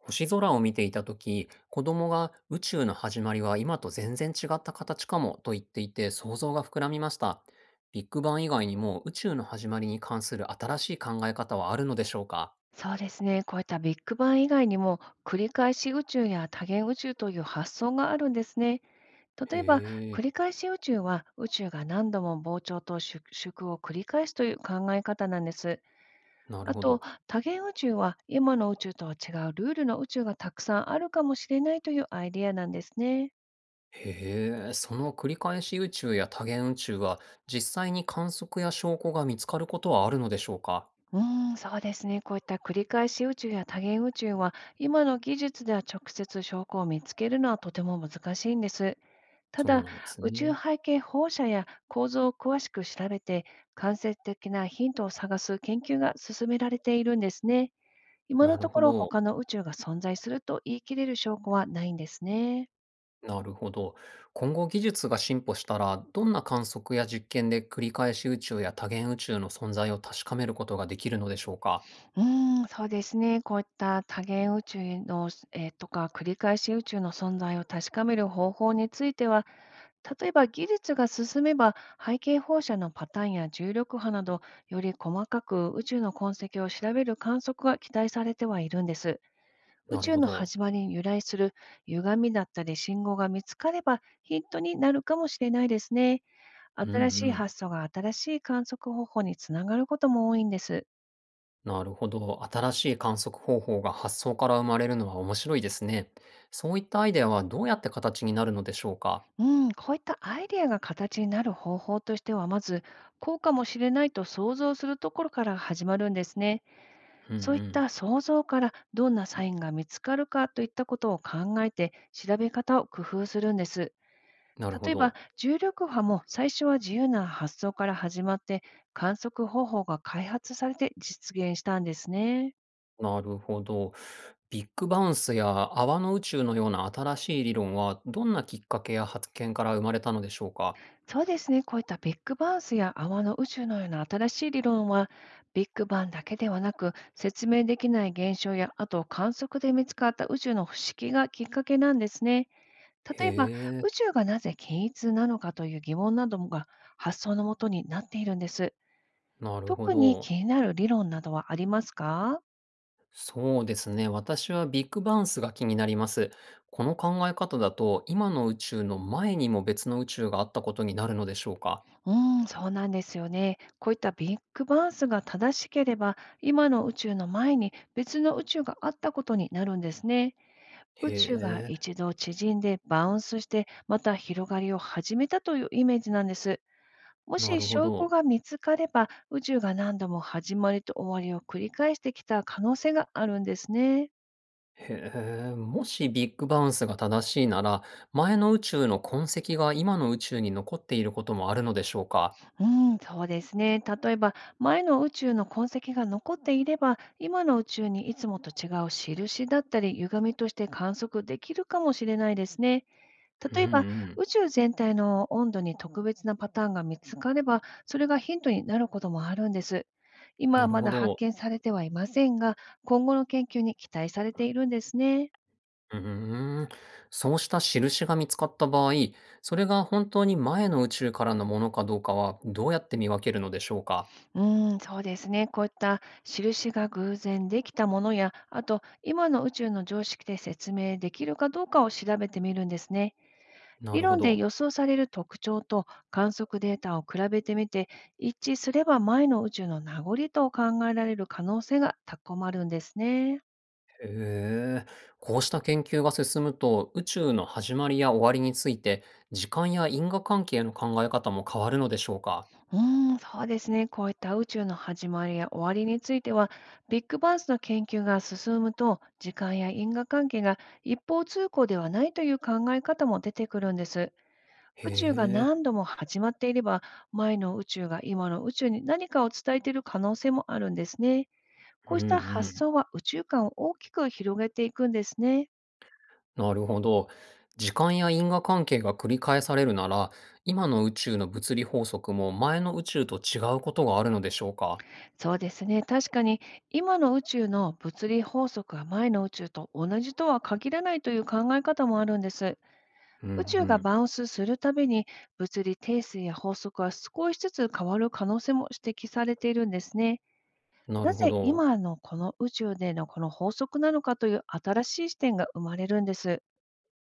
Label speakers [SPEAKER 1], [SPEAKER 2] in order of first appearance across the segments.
[SPEAKER 1] 星空を見ていた時、子供が宇宙の始まりは今と全然違った形かもと言っていて想像が膨らみました。ビッグバン以外にも宇宙の始まりに関する新しい考え方はあるのでしょうか？
[SPEAKER 2] そうですね。こういったビッグバン以外にも、繰り返し宇宙や多元宇宙という発想があるんですね。
[SPEAKER 1] へ
[SPEAKER 2] 例えば、繰
[SPEAKER 1] え、
[SPEAKER 2] り返し宇宙は宇宙が何度も膨張と縮縮を繰り返すという考え方なんです。
[SPEAKER 1] なる
[SPEAKER 2] あ
[SPEAKER 1] ほ
[SPEAKER 2] と、
[SPEAKER 1] ど。
[SPEAKER 2] 多元宇宙は今の宇宙とは違うルールの宇宙がたくさんあるかもしれないというアイデアなんですね。
[SPEAKER 1] へえ、その繰り返し宇宙や多元宇宙は実際に観測や証拠が見つかることはあるのでしょうか？
[SPEAKER 2] うーん、そうですね。こういった繰り返し宇宙や多元宇宙は、今の技術では直接証拠を見つけるのはとても難しいんです。た
[SPEAKER 1] そう
[SPEAKER 2] だ、
[SPEAKER 1] なんです
[SPEAKER 2] 宇宙
[SPEAKER 1] ね。
[SPEAKER 2] 背景放射や構造を詳しく調べて、間接的なヒントを探す研究が進められているんですね。今
[SPEAKER 1] な
[SPEAKER 2] の
[SPEAKER 1] る
[SPEAKER 2] と
[SPEAKER 1] ほ
[SPEAKER 2] ころ、
[SPEAKER 1] ど。
[SPEAKER 2] 他の宇宙が存在すると言い切れる証拠はないんですね。
[SPEAKER 1] なるほど。今後技術が進歩したら、どんな観測や実験で繰り返し宇宙や多元宇宙の存在を確かめることができるのでしょうか？
[SPEAKER 2] うーん、そうですね。こういった多元宇宙の、とか繰り返し宇宙の存在を確かめる方法については、例えば技術が進めば、背景放射のパターンや重力波など、より細かく宇宙の痕跡を調べる観測が期待されてはいるんです。宇
[SPEAKER 1] なる
[SPEAKER 2] 宙
[SPEAKER 1] ほ
[SPEAKER 2] の
[SPEAKER 1] ど。
[SPEAKER 2] 始まりに由来する歪みだったり信号が見つかれば、ヒントになるかもしれないですね。
[SPEAKER 1] うんう
[SPEAKER 2] 新しい
[SPEAKER 1] ん。
[SPEAKER 2] 発想が新しい観測方法につながることも多いんです。
[SPEAKER 1] なるほど。新しい観測方法が発想から生まれるのは面白いですね。そういったアイデアはどうやって形になるのでしょうか？
[SPEAKER 2] うん、こういったアイデアが形になる方法としては、まず、こうかもしれないと想像するところから始まるんですね。
[SPEAKER 1] うんう
[SPEAKER 2] そういっ
[SPEAKER 1] ん。
[SPEAKER 2] た想像から、どんなサインが見つかるかといったことを考えて、調べ方を工夫するんです。
[SPEAKER 1] なるほ
[SPEAKER 2] 例えば
[SPEAKER 1] ど。
[SPEAKER 2] 重力波も、最初は自由な発想から始まって、観測方法が開発されて実現したんですね。
[SPEAKER 1] なるほど。ビッグバウンスや泡の宇宙のような新しい理論は、どんなきっかけや発見から生まれたのでしょうか？
[SPEAKER 2] そうですね、こういったビッグバンスや泡の宇宙のような新しい理論は、ビッグバンだけではなく説明できない現象や、あと観測で見つかった宇宙の不思議がきっかけなんですね。
[SPEAKER 1] へ
[SPEAKER 2] 例えば、宇
[SPEAKER 1] え。
[SPEAKER 2] 宙がなぜ均一なのかという疑問などが発想のもとになっているんです。
[SPEAKER 1] なるほ
[SPEAKER 2] 特に
[SPEAKER 1] ど。
[SPEAKER 2] 気になる理論などはありますか？
[SPEAKER 1] そうですね。私はビッグバウンスが気になります。この考え方だと、今の宇宙の前にも別の宇宙があったことになるのでしょうか？
[SPEAKER 2] うん、そうなんですよね。こういったビッグバンスが正しければ、今の宇宙の前に別の宇宙があったことになるんですね。
[SPEAKER 1] へ
[SPEAKER 2] 宇宙が
[SPEAKER 1] え、
[SPEAKER 2] 一度縮んでバウンスして、また広がりを始めたというイメージなんです。も
[SPEAKER 1] な
[SPEAKER 2] し
[SPEAKER 1] るほ
[SPEAKER 2] 証拠
[SPEAKER 1] ど。
[SPEAKER 2] が見つかれば、宇宙が何度も始まりと終わりを繰り返してきた可能性があるんですね。
[SPEAKER 1] へえ、もしビッグバウンスが正しいなら、前の宇宙の痕跡が今の宇宙に残っていることもあるのでしょうか？
[SPEAKER 2] うん、そうですね。例えば、前の宇宙の痕跡が残っていれば、今の宇宙にいつもと違う印だったり、歪みとして観測できるかもしれないですね。
[SPEAKER 1] うん
[SPEAKER 2] 例
[SPEAKER 1] う
[SPEAKER 2] えば、
[SPEAKER 1] ん。
[SPEAKER 2] 宇宙全体の温度に特別なパターンが見つかれば、それがヒントになることもあるんです。今は
[SPEAKER 1] なる
[SPEAKER 2] ま
[SPEAKER 1] ほ
[SPEAKER 2] だ発
[SPEAKER 1] ど。
[SPEAKER 2] 見されてはいませんが、今後の研究に期待されているんですね。
[SPEAKER 1] うーん、そうした印が見つかった場合、それが本当に前の宇宙からのものかどうかはどうやって見分けるのでしょうか？
[SPEAKER 2] うーん、そうですね。こういった印が偶然できたものや、あと今の宇宙の常識で説明できるかどうかを調べてみるんですね。
[SPEAKER 1] な
[SPEAKER 2] 理
[SPEAKER 1] るほ
[SPEAKER 2] 論で
[SPEAKER 1] ど。
[SPEAKER 2] 予想される特徴と観測データを比べてみて、一致すれば前の宇宙の名残と考えられる可能性が高まるんですね。
[SPEAKER 1] へえ。こうした研究が進むと、宇宙の始まりや終わりについて、時間や因果関係の考え方も変わるのでしょうか？
[SPEAKER 2] うーん、そうですね。こういった宇宙の始まりや終わりについては、ビッグバンスの研究が進むと、時間や因果関係が一方通行ではないという考え方も出てくるんです。
[SPEAKER 1] へ
[SPEAKER 2] 宇宙が
[SPEAKER 1] え。
[SPEAKER 2] 何度も始まっていれば、前の宇宙が今の宇宙に何かを伝えている可能性もあるんですね。
[SPEAKER 1] う
[SPEAKER 2] こう
[SPEAKER 1] んう
[SPEAKER 2] した発
[SPEAKER 1] ん。
[SPEAKER 2] 想は宇宙観を大きく広げていくんですね。
[SPEAKER 1] なるほど。時間や因果関係が繰り返されるなら、今の宇宙の物理法則も前の宇宙と違うことがあるのでしょうか？
[SPEAKER 2] そうですね。確かに、今の宇宙の物理法則は前の宇宙と同じとは限らないという考え方もあるんです。
[SPEAKER 1] うんう
[SPEAKER 2] 宇宙が
[SPEAKER 1] ん。
[SPEAKER 2] バウンスするたびに、物理定数や法則は少しずつ変わる可能性も指摘されているんですね。
[SPEAKER 1] な
[SPEAKER 2] な
[SPEAKER 1] るほ
[SPEAKER 2] ぜ
[SPEAKER 1] ど。
[SPEAKER 2] 今のこの宇宙でのこの法則なのかという新しい視点が生まれるんです。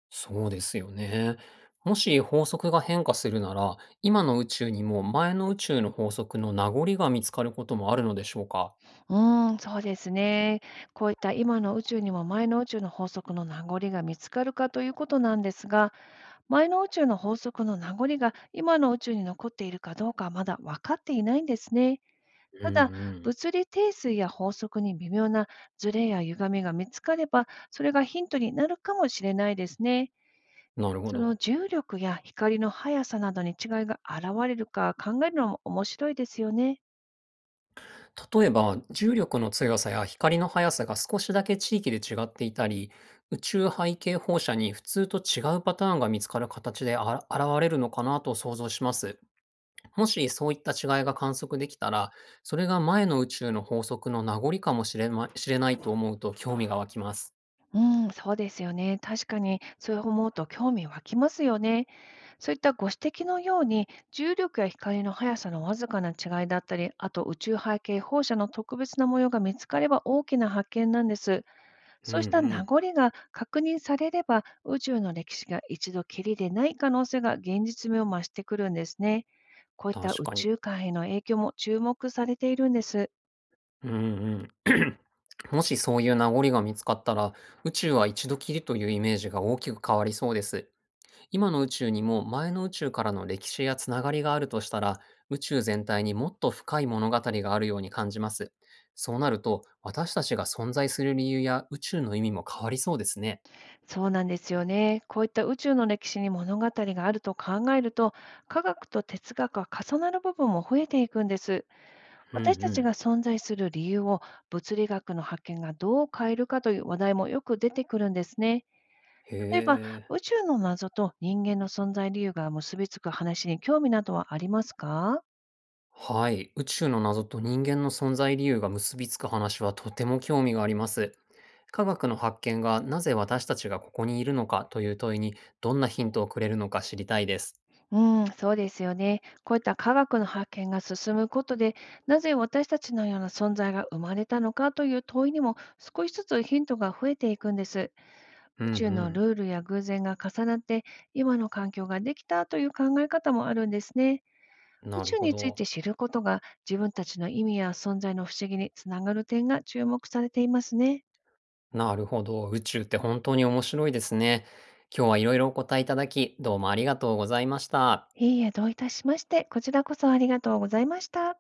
[SPEAKER 1] そうですよね。もし法則が変化するなら、今の宇宙にも前の宇宙の法則の名残が見つかることもあるのでしょうか？
[SPEAKER 2] うーん、そうですね。こういった今の宇宙にも前の宇宙の法則の名残が見つかるかということなんですが、前の宇宙の法則の名残が今の宇宙に残っているかどうかは、まだ分かっていないんですね。
[SPEAKER 1] うん
[SPEAKER 2] ただ、
[SPEAKER 1] うん。
[SPEAKER 2] 物理定数や法則に微妙なズレや歪みが見つかれば、それがヒントになるかもしれないですね。
[SPEAKER 1] なるほ
[SPEAKER 2] その、
[SPEAKER 1] ど。
[SPEAKER 2] 重力や光の速さなどに違いが現れるか考えるのも面白いですよね。
[SPEAKER 1] 例えば、重力の強さや光の速さが少しだけ地域で違っていたり、宇宙背景放射に普通と違うパターンが見つかる形であ現れるのかなと想像します。もしそういった違いが観測できたら、それが前の宇宙の法則の名残かもしれましれないと思うと興味が湧きます。
[SPEAKER 2] うん、そうですよね。確かに、そう思うと興味湧きますよね。そういったご指摘のように、重力や光の速さのわずかな違いだったり、あと宇宙背景放射の特別な模様が見つかれば大きな発見なんです。
[SPEAKER 1] うん
[SPEAKER 2] そ
[SPEAKER 1] う
[SPEAKER 2] うした名
[SPEAKER 1] ん。
[SPEAKER 2] 残が確認されれば、宇宙の歴史が一度きりでない可能性が現実味を増してくるんですね。こういった
[SPEAKER 1] 確
[SPEAKER 2] 宇
[SPEAKER 1] かに。
[SPEAKER 2] 宙間への影響も注目されているんです。
[SPEAKER 1] うんうん。もしそういう名残が見つかったら、宇宙は一度きりというイメージが大きく変わりそうです。今の宇宙にも前の宇宙からの歴史やつながりがあるとしたら、宇宙全体にもっと深い物語があるように感じます。そうなると、私たちが存在する理由や宇宙の意味も変わりそうですね。
[SPEAKER 2] そうなんですよね。こういった宇宙の歴史に物語があると考えると、科学と哲学が重なる部分も増えていくんです。
[SPEAKER 1] うんう
[SPEAKER 2] 私たちが
[SPEAKER 1] ん。
[SPEAKER 2] 存在する理由を物理学の発見がどう変えるかという話題もよく出てくるんですね。
[SPEAKER 1] へ
[SPEAKER 2] 例えば、
[SPEAKER 1] え。
[SPEAKER 2] 宇宙の謎と人間の存在理由が結びつく話に興味などはありますか？
[SPEAKER 1] はい。宇宙の謎と人間の存在理由が結びつく話はとても興味があります。科学の発見がなぜ私たちがここにいるのかという問いにどんなヒントをくれるのか知りたいです。
[SPEAKER 2] うん、そうですよね。こういった科学の発見が進むことで、なぜ私たちのような存在が生まれたのかという問いにも、少しずつヒントが増えていくんです。
[SPEAKER 1] うん
[SPEAKER 2] 宇
[SPEAKER 1] う
[SPEAKER 2] 宙の
[SPEAKER 1] ん。
[SPEAKER 2] ルールや偶然が重なって、今の環境ができたという考え方もあるんですね。宇
[SPEAKER 1] なる
[SPEAKER 2] 宙
[SPEAKER 1] ほ
[SPEAKER 2] につい
[SPEAKER 1] ど。
[SPEAKER 2] て知ることが、自分たちの意味や存在の不思議につながる点が注目されていますね。
[SPEAKER 1] なるほど。宇宙って本当に面白いですね。今日はいろいろお答えいただき、どうもありがとうございました。
[SPEAKER 2] いいえ、どういたしまして。こちらこそありがとうございました。